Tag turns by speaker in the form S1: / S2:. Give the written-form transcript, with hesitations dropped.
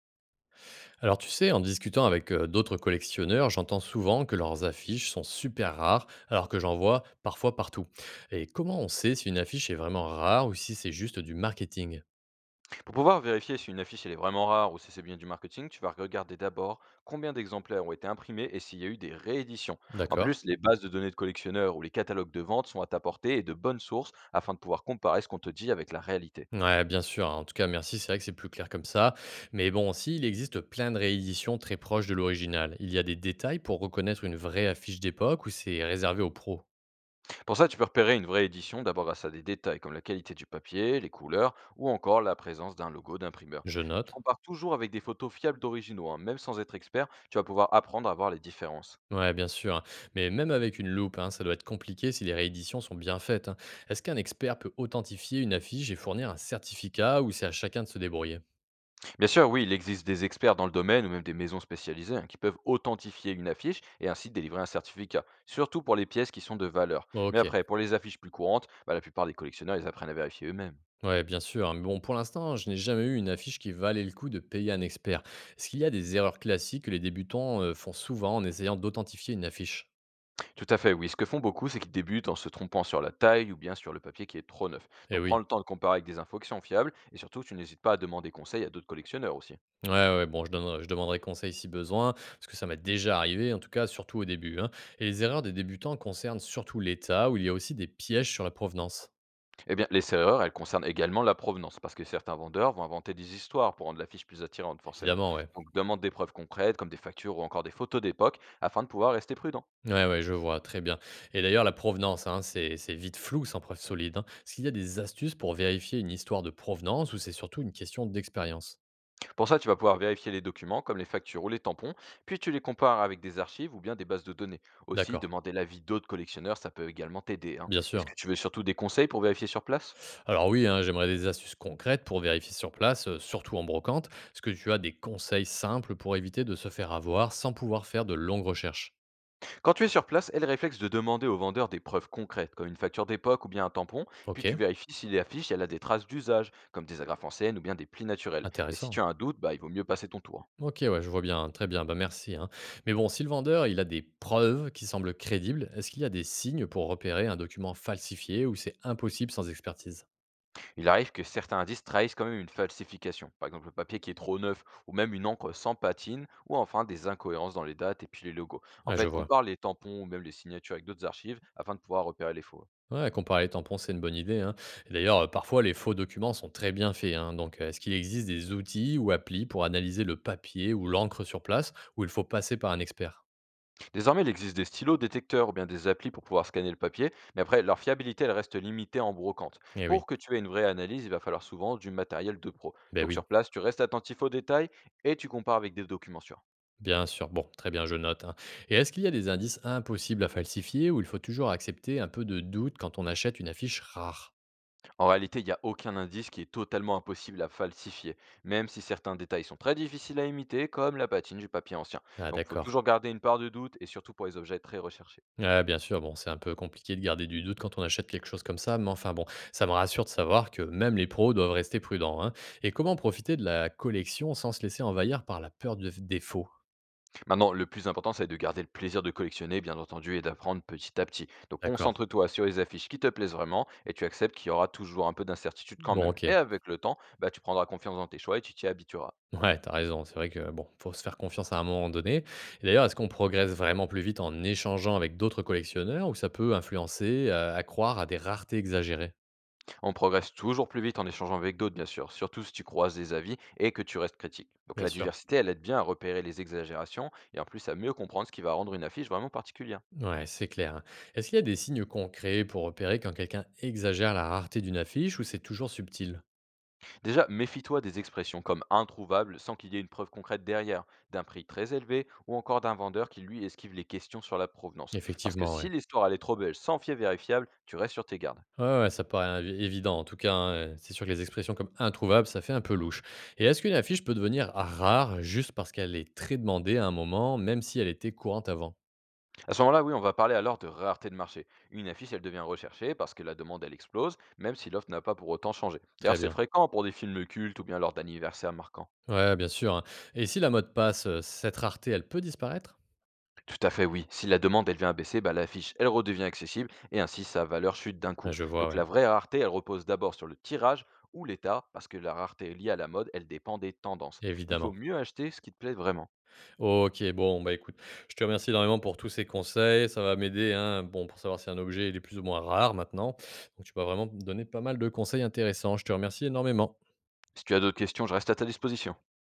S1: Alors tu sais, en discutant avec d'autres collectionneurs, j'entends souvent que leurs affiches sont super rares, alors que j'en vois parfois partout. Et comment on sait si une affiche est vraiment rare ou si c'est juste du marketing?
S2: Pour pouvoir vérifier si une affiche elle est vraiment rare ou si c'est bien du marketing, tu vas regarder d'abord combien d'exemplaires ont été imprimés et s'il y a eu des rééditions. En
S1: D'accord.
S2: plus, les bases de données de collectionneurs ou les catalogues de vente sont à ta portée et de bonnes sources afin de pouvoir comparer ce qu'on te dit avec la réalité.
S1: Ouais, bien sûr, hein. En tout cas, merci. C'est vrai que c'est plus clair comme ça. Mais bon, aussi, il existe plein de rééditions très proches de l'original. Il y a des détails pour reconnaître une vraie affiche d'époque ou c'est réservé aux pros?
S2: Pour ça, tu peux repérer une vraie édition d'abord grâce à des détails comme la qualité du papier, les couleurs ou encore la présence d'un logo d'imprimeur.
S1: Je
S2: Tu
S1: note.
S2: compares toujours avec des photos fiables d'originaux, hein, même sans être expert, tu vas pouvoir apprendre à voir les différences.
S1: Ouais, bien sûr, hein. Mais même avec une loupe, hein, ça doit être compliqué si les rééditions sont bien faites, hein. Est-ce qu'un expert peut authentifier une affiche et fournir un certificat ou c'est à chacun de se débrouiller?
S2: Bien sûr, oui, il existe des experts dans le domaine ou même des maisons spécialisées hein, qui peuvent authentifier une affiche et ainsi délivrer un certificat, surtout pour les pièces qui sont de valeur. Mais
S1: Ok,
S2: après, pour les affiches plus courantes, bah, la plupart des collectionneurs, ils apprennent à vérifier eux-mêmes.
S1: ouais, bien sûr, hein. Mais bon, pour l'instant, je n'ai jamais eu une affiche qui valait le coup de payer un expert. Est-ce qu'il y a des erreurs classiques que les débutants font souvent en essayant d'authentifier une affiche?
S2: Tout à fait, oui. Ce que font beaucoup, c'est qu'ils débutent en se trompant sur la taille ou bien sur le papier qui est trop neuf.
S1: Eh
S2: Donc prends le
S1: oui.
S2: temps de comparer avec des infos qui sont fiables et surtout, tu n'hésites pas à demander conseil à d'autres collectionneurs aussi.
S1: Ouais, ouais, bon, je demanderai conseil si besoin, parce que ça m'est déjà arrivé, en tout cas, surtout au début, hein. Et les erreurs des débutants concernent surtout l'état, où il y a aussi des pièges sur la provenance.
S2: Eh bien, les erreurs, elles concernent également la provenance, parce que certains vendeurs vont inventer des histoires pour rendre la fiche plus attirante, forcément.
S1: Évidemment, ouais.
S2: Donc, demande des preuves concrètes, comme des factures ou encore des photos d'époque, afin de pouvoir rester prudent.
S1: Ouais, ouais, je vois, très bien. Et d'ailleurs, la provenance, hein, c'est vite flou sans preuve solide, hein. Est-ce qu'il y a des astuces pour vérifier une histoire de provenance ou c'est surtout une question d'expérience?
S2: Pour ça, tu vas pouvoir vérifier les documents, comme les factures ou les tampons, puis tu les compares avec des archives ou bien des bases de données. Aussi,
S1: D'accord,
S2: demander l'avis d'autres collectionneurs, ça peut également t'aider, hein.
S1: bien
S2: Est-ce que
S1: sûr.
S2: tu veux surtout des conseils pour vérifier sur place?
S1: Alors oui, hein, j'aimerais des astuces concrètes pour vérifier sur place, surtout en brocante. Est-ce que tu as des conseils simples pour éviter de se faire avoir sans pouvoir faire de longues recherches?
S2: Quand tu es sur place, elle réflexe de demander au vendeur des preuves concrètes, comme une facture d'époque ou bien un tampon, puis
S1: Ok,
S2: tu vérifies si l'affiche elle a des traces d'usage, comme des agrafes anciennes ou bien des plis naturels. Et si tu
S1: intéressant.
S2: as un doute, bah, il vaut mieux passer ton tour.
S1: OK, ouais, je vois bien, très bien, bah, merci, hein. Mais bon, si le vendeur, il a des preuves qui semblent crédibles, est-ce qu'il y a des signes pour repérer un document falsifié ou c'est impossible sans expertise?
S2: Il arrive que certains indices trahissent quand même une falsification, par exemple le papier qui est trop neuf, ou même une encre sans patine, ou enfin des incohérences dans les dates et puis les logos. En
S1: Ouais, je
S2: fait,
S1: vois.
S2: compare les tampons ou même les signatures avec d'autres archives afin de pouvoir repérer les faux.
S1: Ouais, comparer les tampons, c'est une bonne idée, hein. Et d'ailleurs, parfois, les faux documents sont très bien faits, hein. Donc, est-ce qu'il existe des outils ou applis pour analyser le papier ou l'encre sur place où il faut passer par un expert?
S2: Désormais, il existe des stylos, détecteurs ou bien des applis pour pouvoir scanner le papier, mais après, leur fiabilité, elle reste limitée en brocante.
S1: Eh
S2: Pour
S1: oui,
S2: que tu aies une vraie analyse, il va falloir souvent du matériel de pro.
S1: ben
S2: Donc sur
S1: oui,
S2: place, tu restes attentif aux détails et tu compares avec des documents sûrs.
S1: bien sûr. Bon, très bien, je note, hein. Et est-ce qu'il y a des indices impossibles à falsifier où il faut toujours accepter un peu de doute quand on achète une affiche rare?
S2: En réalité, il n'y a aucun indice qui est totalement impossible à falsifier, même si certains détails sont très difficiles à imiter, comme la patine du papier ancien.
S1: Ah
S2: Donc il faut
S1: d'accord.
S2: toujours garder une part de doute et surtout pour les objets très recherchés.
S1: Ouais, bien sûr, bon, c'est un peu compliqué de garder du doute quand on achète quelque chose comme ça, mais enfin bon, ça me rassure de savoir que même les pros doivent rester prudents, hein. Et comment profiter de la collection sans se laisser envahir par la peur du défaut?
S2: Maintenant, le plus important, c'est de garder le plaisir de collectionner, bien entendu, et d'apprendre petit à petit. Donc
S1: D'accord.
S2: concentre-toi sur les affiches qui te plaisent vraiment, et tu acceptes qu'il y aura toujours un peu d'incertitude quand
S1: Bon,
S2: même. Et
S1: ok.
S2: avec le temps, bah, tu prendras confiance dans tes choix et tu t'y habitueras.
S1: Ouais, t'as raison. C'est vrai que bon, faut se faire confiance à un moment donné. Et d'ailleurs, est-ce qu'on progresse vraiment plus vite en échangeant avec d'autres collectionneurs ou ça peut influencer, accroire à des raretés exagérées?
S2: On progresse toujours plus vite en échangeant avec d'autres, bien sûr, surtout si tu croises des avis et que tu restes critique. Donc
S1: Bien
S2: la
S1: sûr.
S2: diversité, elle aide bien à repérer les exagérations, et en plus à mieux comprendre ce qui va rendre une affiche vraiment particulière.
S1: Ouais, c'est clair, hein. Est-ce qu'il y a des signes concrets pour repérer quand quelqu'un exagère la rareté d'une affiche ou c'est toujours subtil?
S2: Déjà, méfie-toi des expressions comme introuvable sans qu'il y ait une preuve concrète derrière, d'un prix très élevé ou encore d'un vendeur qui lui esquive les questions sur la provenance. Parce que
S1: Effectivement,
S2: si
S1: ouais.
S2: l'histoire elle est trop belle sans fier vérifiable, tu restes sur tes gardes.
S1: Ouais, ouais, ça paraît évident. En tout cas, hein, c'est sûr que les expressions comme introuvable, ça fait un peu louche. Et est-ce qu'une affiche peut devenir rare juste parce qu'elle est très demandée à un moment, même si elle était courante avant?
S2: À ce moment-là, oui, on va parler alors de rareté de marché. Une affiche elle devient recherchée parce que la demande elle explose, même si l'offre n'a pas pour autant changé. D'ailleurs,
S1: Très
S2: c'est
S1: bien.
S2: fréquent pour des films cultes ou bien lors d'anniversaires marquants.
S1: Ouais, bien sûr, hein. Et si la mode passe, cette rareté, elle peut disparaître?
S2: Tout à fait, oui. Si la demande elle vient à baisser, bah, la fiche elle redevient accessible et ainsi sa valeur chute d'un coup.
S1: Ah, je vois,
S2: Donc la
S1: ouais.
S2: vraie rareté, elle repose d'abord sur le tirage ou l'état, parce que la rareté liée à la mode, elle dépend des tendances. Il vaut
S1: Évidemment.
S2: mieux acheter ce qui te plaît vraiment.
S1: OK, bon, bah, écoute, je te remercie énormément pour tous ces conseils. Ça va m'aider, hein, bon, pour savoir si un objet, il est plus ou moins rare maintenant. Donc, tu m'as vraiment donné pas mal de conseils intéressants. Je te remercie énormément.
S2: Si tu as d'autres questions, je reste à ta disposition.